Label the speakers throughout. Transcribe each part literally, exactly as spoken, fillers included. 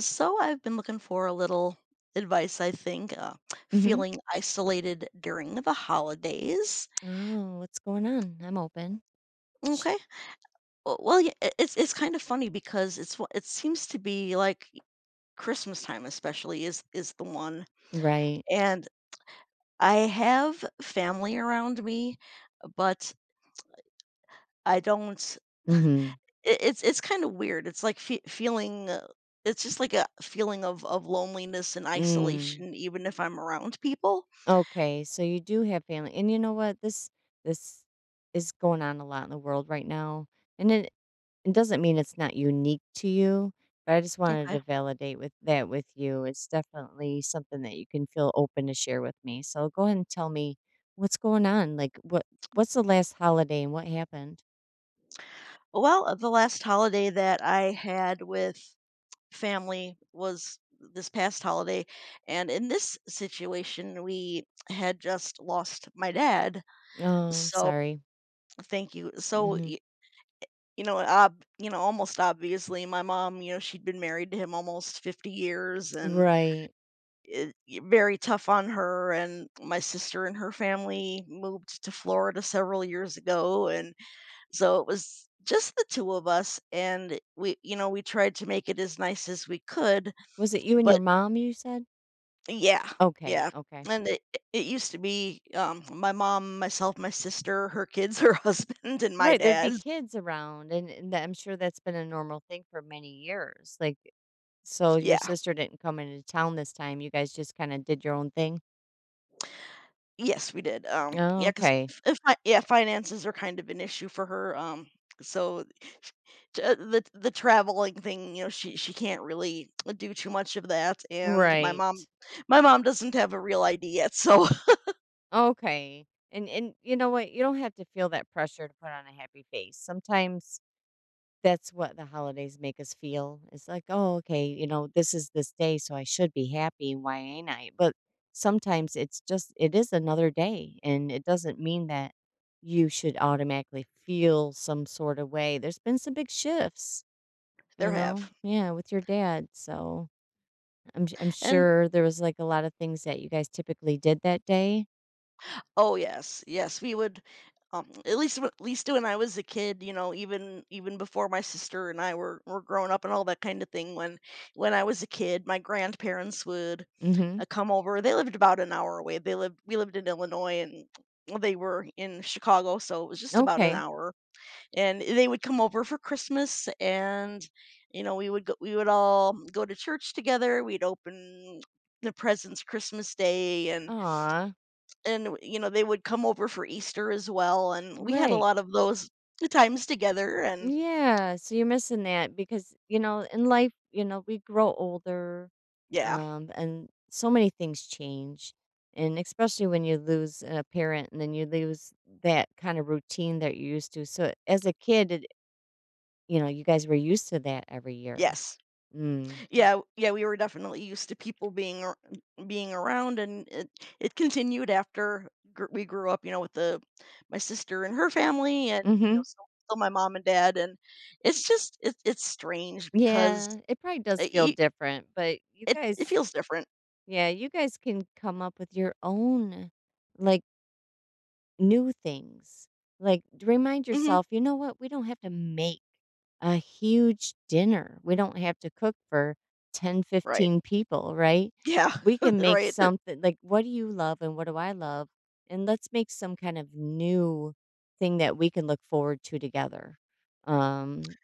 Speaker 1: So I've been looking for a little advice, I think. Uh,
Speaker 2: Mhm.
Speaker 1: feeling isolated during the holidays.
Speaker 2: Oh, what's going on? I'm open. Sh
Speaker 1: Okay. Well, well, yeah, i- it's it's kind of funny because it's wh- it seems to be like Christmas time, especially is is the one,
Speaker 2: Right.
Speaker 1: and I have family around me, but I don't.
Speaker 2: Mhm.
Speaker 1: it- it's it's kind of weird. It's like fe- feeling. Uh, it's just like a feeling of of loneliness and
Speaker 2: Mm.
Speaker 1: isolation, even if I'm around people.
Speaker 2: Okay, so you do have family, and you know what? This this is going on a lot in the world right now, and it it doesn't mean it's not unique to you, but I just wanted
Speaker 1: Okay?
Speaker 2: to validate with that with you. It's definitely something that you can feel open to share with me. So go ahead and tell me what's going on. Like, what what's the last holiday and what happened?
Speaker 1: Well, uh, the last holiday that I had with family was this past holiday. And in this situation, we had just lost my dad.
Speaker 2: Oh, I'm
Speaker 1: So
Speaker 2: sorry.
Speaker 1: thank you. So, y-
Speaker 2: Mhm.
Speaker 1: you know, ob- you know, almost obviously, my mom, you know, she'd been married to him almost fifty years, and
Speaker 2: Right.
Speaker 1: it, y- very tough on her. And my sister and her family moved to Florida several years ago. And So it was just the two of us, and we you know, we tried to make it as nice as we could,
Speaker 2: Was it you and your
Speaker 1: but
Speaker 2: mom, you said?
Speaker 1: yeah.
Speaker 2: Okay,
Speaker 1: Yeah.
Speaker 2: okay.
Speaker 1: And it it used to be, um, my mom, myself, my sister, her kids, her husband, and my
Speaker 2: Right, there'd
Speaker 1: dad.
Speaker 2: be kids around, and and that I'm sure that's been a normal thing for many years, like, so your
Speaker 1: Yeah.
Speaker 2: sister didn't come into town this time, you guys just kinda did your own thing?
Speaker 1: Yes, we did. Um,
Speaker 2: Oh,
Speaker 1: yeah, 'cause
Speaker 2: okay.
Speaker 1: f if I yeah, finances are kind of an issue for her, um, so sh t uh, the the traveling thing, you know, she she can't really do too much of that, and my mom
Speaker 2: Right.
Speaker 1: my mom doesn't have a real I D yet, so
Speaker 2: Okay. And and you know what? You don't have to feel that pressure to put on a happy face. Sometimes that's what the holidays make us feel. It's like, "Oh, okay, you know, this is this day, so I should be happy. Why ain't I?" But sometimes it's just it is another day, and it doesn't mean that you should automatically feel some sort of way. There's been some big shifts,
Speaker 1: there
Speaker 2: you know?
Speaker 1: have.
Speaker 2: Yeah, with your dad, so I'm I'm
Speaker 1: And
Speaker 2: sure there was, like, a lot of things that you guys typically did that day?
Speaker 1: oh, yes, yes, we would. Um, at least, at least when I was a kid, you know, even even before my sister and I were were growing up and all that kind of thing. When when I was a kid, my grandparents would,
Speaker 2: Mhm.
Speaker 1: uh, come over. They lived about an hour away. They lived We lived in Illinois and they were in Chicago, so it was just about an
Speaker 2: Okay.
Speaker 1: hour. And they would come over for Christmas, and you know, we would go, we would all go to church together. We'd open the presents Christmas Day, and
Speaker 2: Aw,
Speaker 1: and you know, they would come over for Easter as well, and we had a
Speaker 2: right.
Speaker 1: lot of those times together. And
Speaker 2: Yeah, so you're missing that because, you know, in life, you know, we grow older,
Speaker 1: yeah.
Speaker 2: um, and so many things change. And especially when you lose a parent and then you lose that kind of routine that you're used to. So as a kid, it, you know, you guys were used to that every year.
Speaker 1: Yes.
Speaker 2: Mm.
Speaker 1: Yeah, yeah, we were definitely used to people being ar being around, and it it continued after gr we grew up, you know, with the my sister and her family and, you
Speaker 2: Mhm.
Speaker 1: know, still still my mom and dad, and it's just it it's strange because
Speaker 2: Yeah, it probably
Speaker 1: I
Speaker 2: does feel
Speaker 1: e
Speaker 2: different, but you
Speaker 1: it it
Speaker 2: guys,
Speaker 1: feels different.
Speaker 2: yeah, you guys can come up with your own, like, new things. Like, d- remind
Speaker 1: Mhm.
Speaker 2: yourself, you know what? We don't have to make a huge dinner. We don't have to cook for ten,
Speaker 1: Right.
Speaker 2: fifteen people, right?
Speaker 1: Yeah.
Speaker 2: We can make
Speaker 1: Right.
Speaker 2: something like, what do you love and what do I love? And let's make some kind of new thing that we can look forward to together. Um,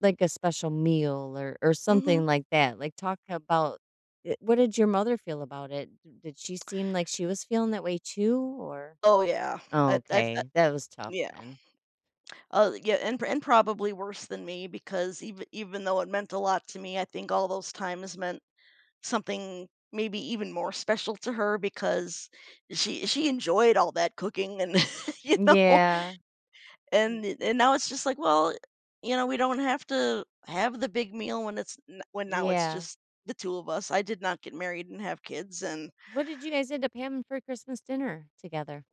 Speaker 2: like a special meal or, or
Speaker 1: Mhm.
Speaker 2: something like that. Like, talk about it- what did your mother feel about it? D- Did she seem like she was feeling that way too, or?
Speaker 1: Oh, yeah. I I th
Speaker 2: Okay, that was tough
Speaker 1: Yeah.
Speaker 2: then.
Speaker 1: Uh, yeah, and and probably worse than me because even even though it meant a lot to me, I think all those times meant something maybe even more special to her because she she enjoyed all that cooking and you know
Speaker 2: Yeah.
Speaker 1: and
Speaker 2: Y
Speaker 1: and now it's just like, well, you know we don't have to have the big meal when it's n- when now it's
Speaker 2: yeah.
Speaker 1: just the two of us. I did not get married and have kids. And,
Speaker 2: What did you guys end up having for Christmas dinner together?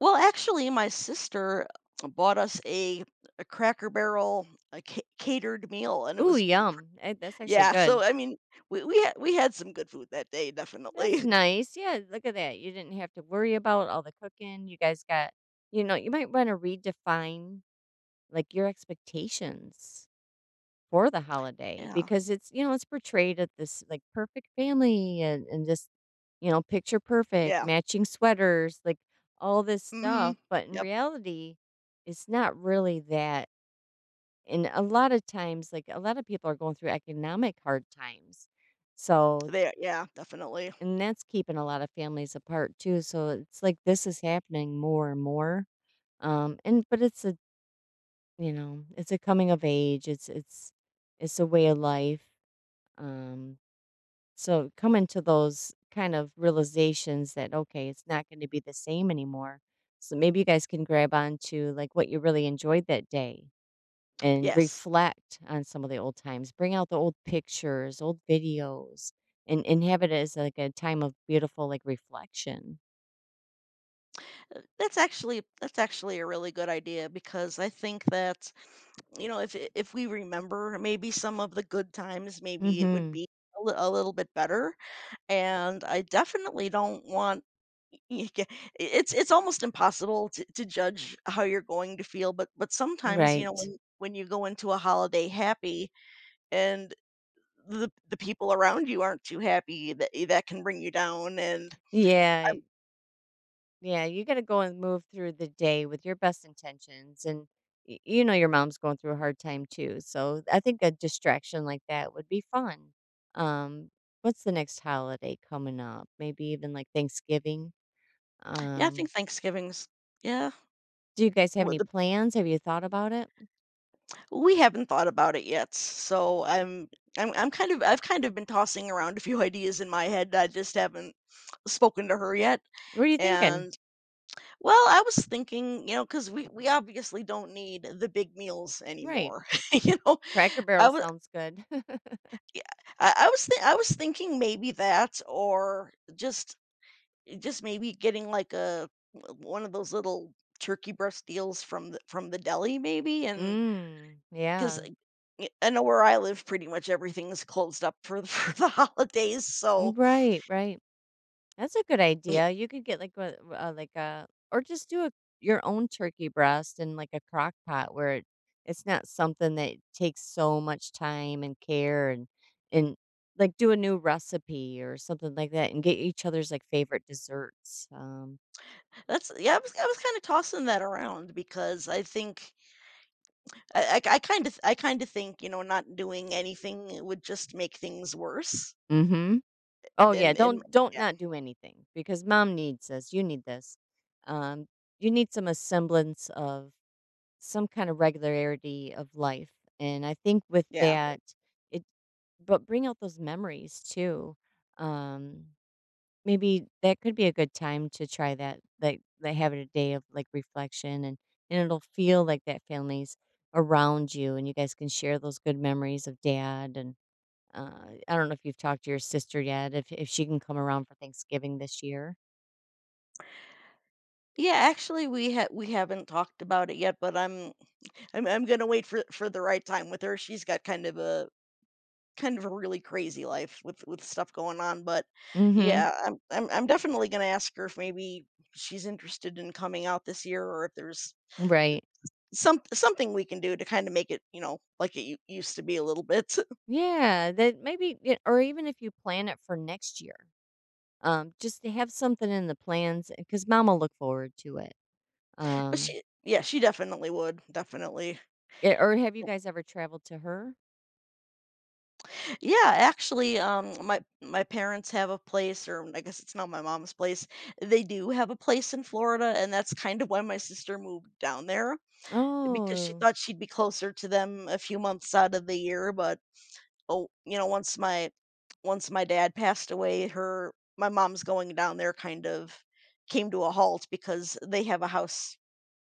Speaker 1: well, actually, my sister bought us a a Cracker Barrel, a ca- catered meal, and it
Speaker 2: Ooh,
Speaker 1: was —
Speaker 2: yum. Eh, that's actually
Speaker 1: yeah. So,
Speaker 2: good.
Speaker 1: I mean, we we had we had some good food that day,
Speaker 2: That's
Speaker 1: definitely.
Speaker 2: nice. Yeah, look at that. You didn't have to worry about all the cooking. You guys got, you know, you might wanna redefine, like, your expectations for the holiday,
Speaker 1: Yeah,
Speaker 2: because it's, you know, it's portrayed at this, like, perfect family, and and just, you know, picture perfect
Speaker 1: yeah,
Speaker 2: matching sweaters, like, all this
Speaker 1: mhm,
Speaker 2: stuff, but in
Speaker 1: yep.
Speaker 2: reality it's not really that, and a lot of times, like, a lot of people are going through economic hard times, so
Speaker 1: there Yeah, definitely.
Speaker 2: and that's keeping a lot of families apart too, so it's like this is happening more and more, um, and but it's a, you know, it's a coming of age, it's it's it's a way of life, um, so coming to those kind of realizations that okay, it's not going to be the same anymore. So maybe you guys can grab on to, like, what you really enjoyed that day and
Speaker 1: Yes,
Speaker 2: reflect on some of the old times. Bring out the old pictures, old videos, and and have it as like a time of beautiful, like, reflection.
Speaker 1: uh, that's actually that's actually a really good idea, because I think that, you know, if i if we remember maybe some of the good times, maybe it would
Speaker 2: Mm-hmm.
Speaker 1: be a li a little bit better. And I definitely don't want — y it's it's almost impossible to to judge how you're going to feel, but but sometimes, you know,
Speaker 2: Right.
Speaker 1: when when you go into a holiday happy and the the people around you aren't too happy, that eh, that can bring you down, and
Speaker 2: Yeah. Yeah, you gotta go and move through the day with your best intentions, and y you know your mom's going through a hard time too, so I think a distraction like that would be fun. Um, what's the next holiday coming up? Maybe even, like, Thanksgiving?
Speaker 1: yeah. I
Speaker 2: Um,
Speaker 1: think Thanksgiving's, yeah.
Speaker 2: do you guys have
Speaker 1: Well,
Speaker 2: any
Speaker 1: the —
Speaker 2: plans? Have you thought about it?
Speaker 1: we haven't thought about it yet, so i'm i'm i'm kind of i've kind of been tossing around a few ideas in my head. I just haven't spoken to her yet.
Speaker 2: What are you thinking?
Speaker 1: And, well, I was thinking, you know, because we we obviously don't need the big meals
Speaker 2: Right.
Speaker 1: anymore. You know,
Speaker 2: Cracker
Speaker 1: I
Speaker 2: Barrel
Speaker 1: was
Speaker 2: sounds good.
Speaker 1: I, I was th- I was thinking maybe that, or just just maybe getting like a one of those little turkey breast deals from the from the deli, maybe. And
Speaker 2: Mm,
Speaker 1: because
Speaker 2: yeah.
Speaker 1: I know where I live, pretty much everything's closed up for the, for the holidays. So,
Speaker 2: Mm, right, right. That's a good
Speaker 1: yeah.
Speaker 2: idea. You could get like a, uh, like a, or just do a, your own turkey breast in like a crock pot where it, it's not something that takes so much time and care and, and like do a new recipe or something like that and get each other's, like, favorite desserts. Um,
Speaker 1: that's Yeah, i was, I was kind of tossing that around, because I think I I kind of I kind of think, you know, not doing anything, it would just make things worse.
Speaker 2: hmm. Oh yeah.
Speaker 1: And and
Speaker 2: Don't, don't
Speaker 1: yeah.
Speaker 2: not do anything because mom needs this. You need this. Um, you need some semblance of some kind of regularity of life. And I think with
Speaker 1: Yeah,
Speaker 2: that, it but bring out those memories too. Um, maybe that could be a good time to try that, like like having a day of, like, reflection, and and it'll feel like that family's around you and you guys can share those good memories of dad and, uh, I don't know if you've talked to your sister yet, if if she can come around for Thanksgiving this year.
Speaker 1: yeah, actually, we ha- we haven't talked about it yet, but i'm I'm I'm gonna wait for for the right time with her. She's got kind of a kind of a really crazy life with with stuff going on, but
Speaker 2: Mm-hmm.
Speaker 1: yeah, I'm I'm I'm definitely gonna ask her if maybe she's interested in coming out this year, or if there's
Speaker 2: Right.
Speaker 1: some something we can do to kind of make it, you know, like it u- used to be a little bit.
Speaker 2: Yeah. That maybe, yeah, or even if you plan it for next year. Um, just to have something in the plans, because mom will look forward to it.
Speaker 1: But
Speaker 2: Um,
Speaker 1: she yeah, she definitely would. Definitely.
Speaker 2: eh, or have you guys ever traveled to her?
Speaker 1: Yeah, actually, um my my parents have a place — or I guess it's not my mom's place. They do have a place in Florida, and that's kind of why my sister moved down there, because she
Speaker 2: Oh,
Speaker 1: thought she'd be closer to them a few months out of the year, but oh, you know, once my once my dad passed away, her my mom's going down there kind of came to a halt, because they have a house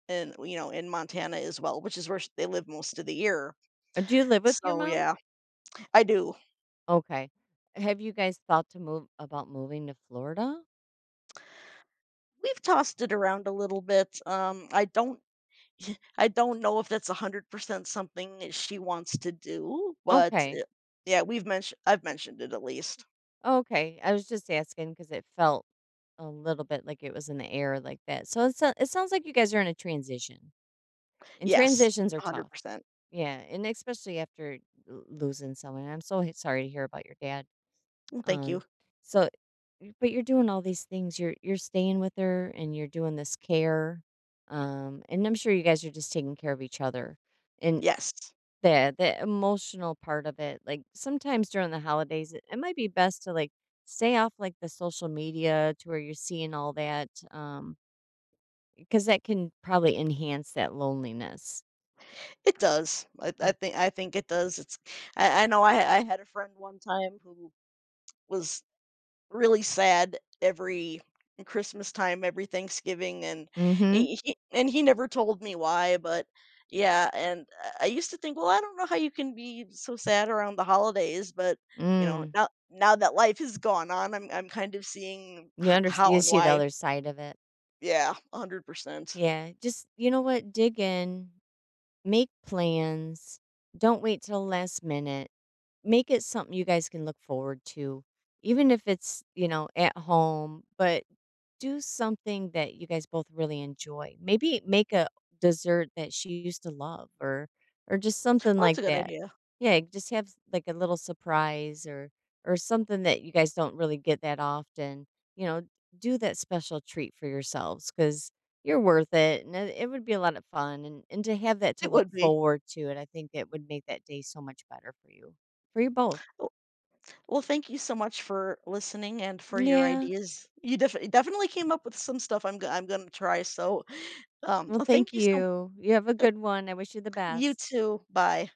Speaker 1: in you know in Montana as well, which is where sh- they live most of the year.
Speaker 2: uh, do you live with your
Speaker 1: So,
Speaker 2: mom?
Speaker 1: yeah, I do.
Speaker 2: Okay. Have you guys thought to move about moving to Florida?
Speaker 1: We've tossed it around a little bit. Um, I don't. I don't know if that's a hundred percent something that she wants to do, but
Speaker 2: Okay.
Speaker 1: uh, yeah, we've mentioned. I've mentioned it at least.
Speaker 2: Okay. I was just asking because it felt a little bit like it was in the air like that. So it, so it sounds like you guys are in a transition, and
Speaker 1: Yes,
Speaker 2: transitions are
Speaker 1: a hundred
Speaker 2: tough.
Speaker 1: percent.
Speaker 2: Yeah, and especially after l losing someone. I'm so h sorry to hear about your dad.
Speaker 1: Well, thank you.
Speaker 2: Um, so Y but you're doing all these things, you're you're staying with her and you're doing this care, um, and I'm sure you guys are just taking care of each other, and
Speaker 1: Yes.
Speaker 2: the the emotional part of it, like, sometimes during the holidays, it it might be best to, like, stay off, like, the social media to where you're seeing all that, um, because that can probably enhance that loneliness.
Speaker 1: It does. I, I
Speaker 2: M
Speaker 1: think I think it does. It's I, I know I I had a friend one time who was really sad every Christmas time, every Thanksgiving, and
Speaker 2: Mhm,
Speaker 1: he he- and he never told me why, but yeah. And I I used to think, well, I don't know how you can be so sad around the holidays, but you know,
Speaker 2: mm.
Speaker 1: now now that life has gone on, I'm I'm kind of seeing
Speaker 2: You
Speaker 1: h-
Speaker 2: understand,
Speaker 1: how
Speaker 2: you
Speaker 1: and
Speaker 2: see the
Speaker 1: why.
Speaker 2: other side of it.
Speaker 1: Yeah, a hundred percent.
Speaker 2: Yeah, just you know what? Dig in. Make plans. Don't wait till last minute, make it something you guys can look forward to, even if it's, you know, at home, but do something that you guys both really enjoy. Maybe make a dessert that she used to love or or just something
Speaker 1: Well, that's
Speaker 2: like
Speaker 1: a good
Speaker 2: that.
Speaker 1: idea.
Speaker 2: Yeah, just have like a little surprise or or something that you guys don't really get that often. You know, do that special treat for yourselves, cuz you're worth it, and it, it would be a lot of fun and and to have that to
Speaker 1: It
Speaker 2: look
Speaker 1: would be.
Speaker 2: forward to, and I think it would make that day so much better for you. For you both.
Speaker 1: Well, thank you so much for listening and for your
Speaker 2: Yeah.
Speaker 1: ideas. You def- definitely came up with some stuff I'm go- I'm going to try. So, um,
Speaker 2: Well,
Speaker 1: well,
Speaker 2: thank
Speaker 1: thank you so —
Speaker 2: you. You have a good one. I wish you the
Speaker 1: you
Speaker 2: best.
Speaker 1: too. Bye.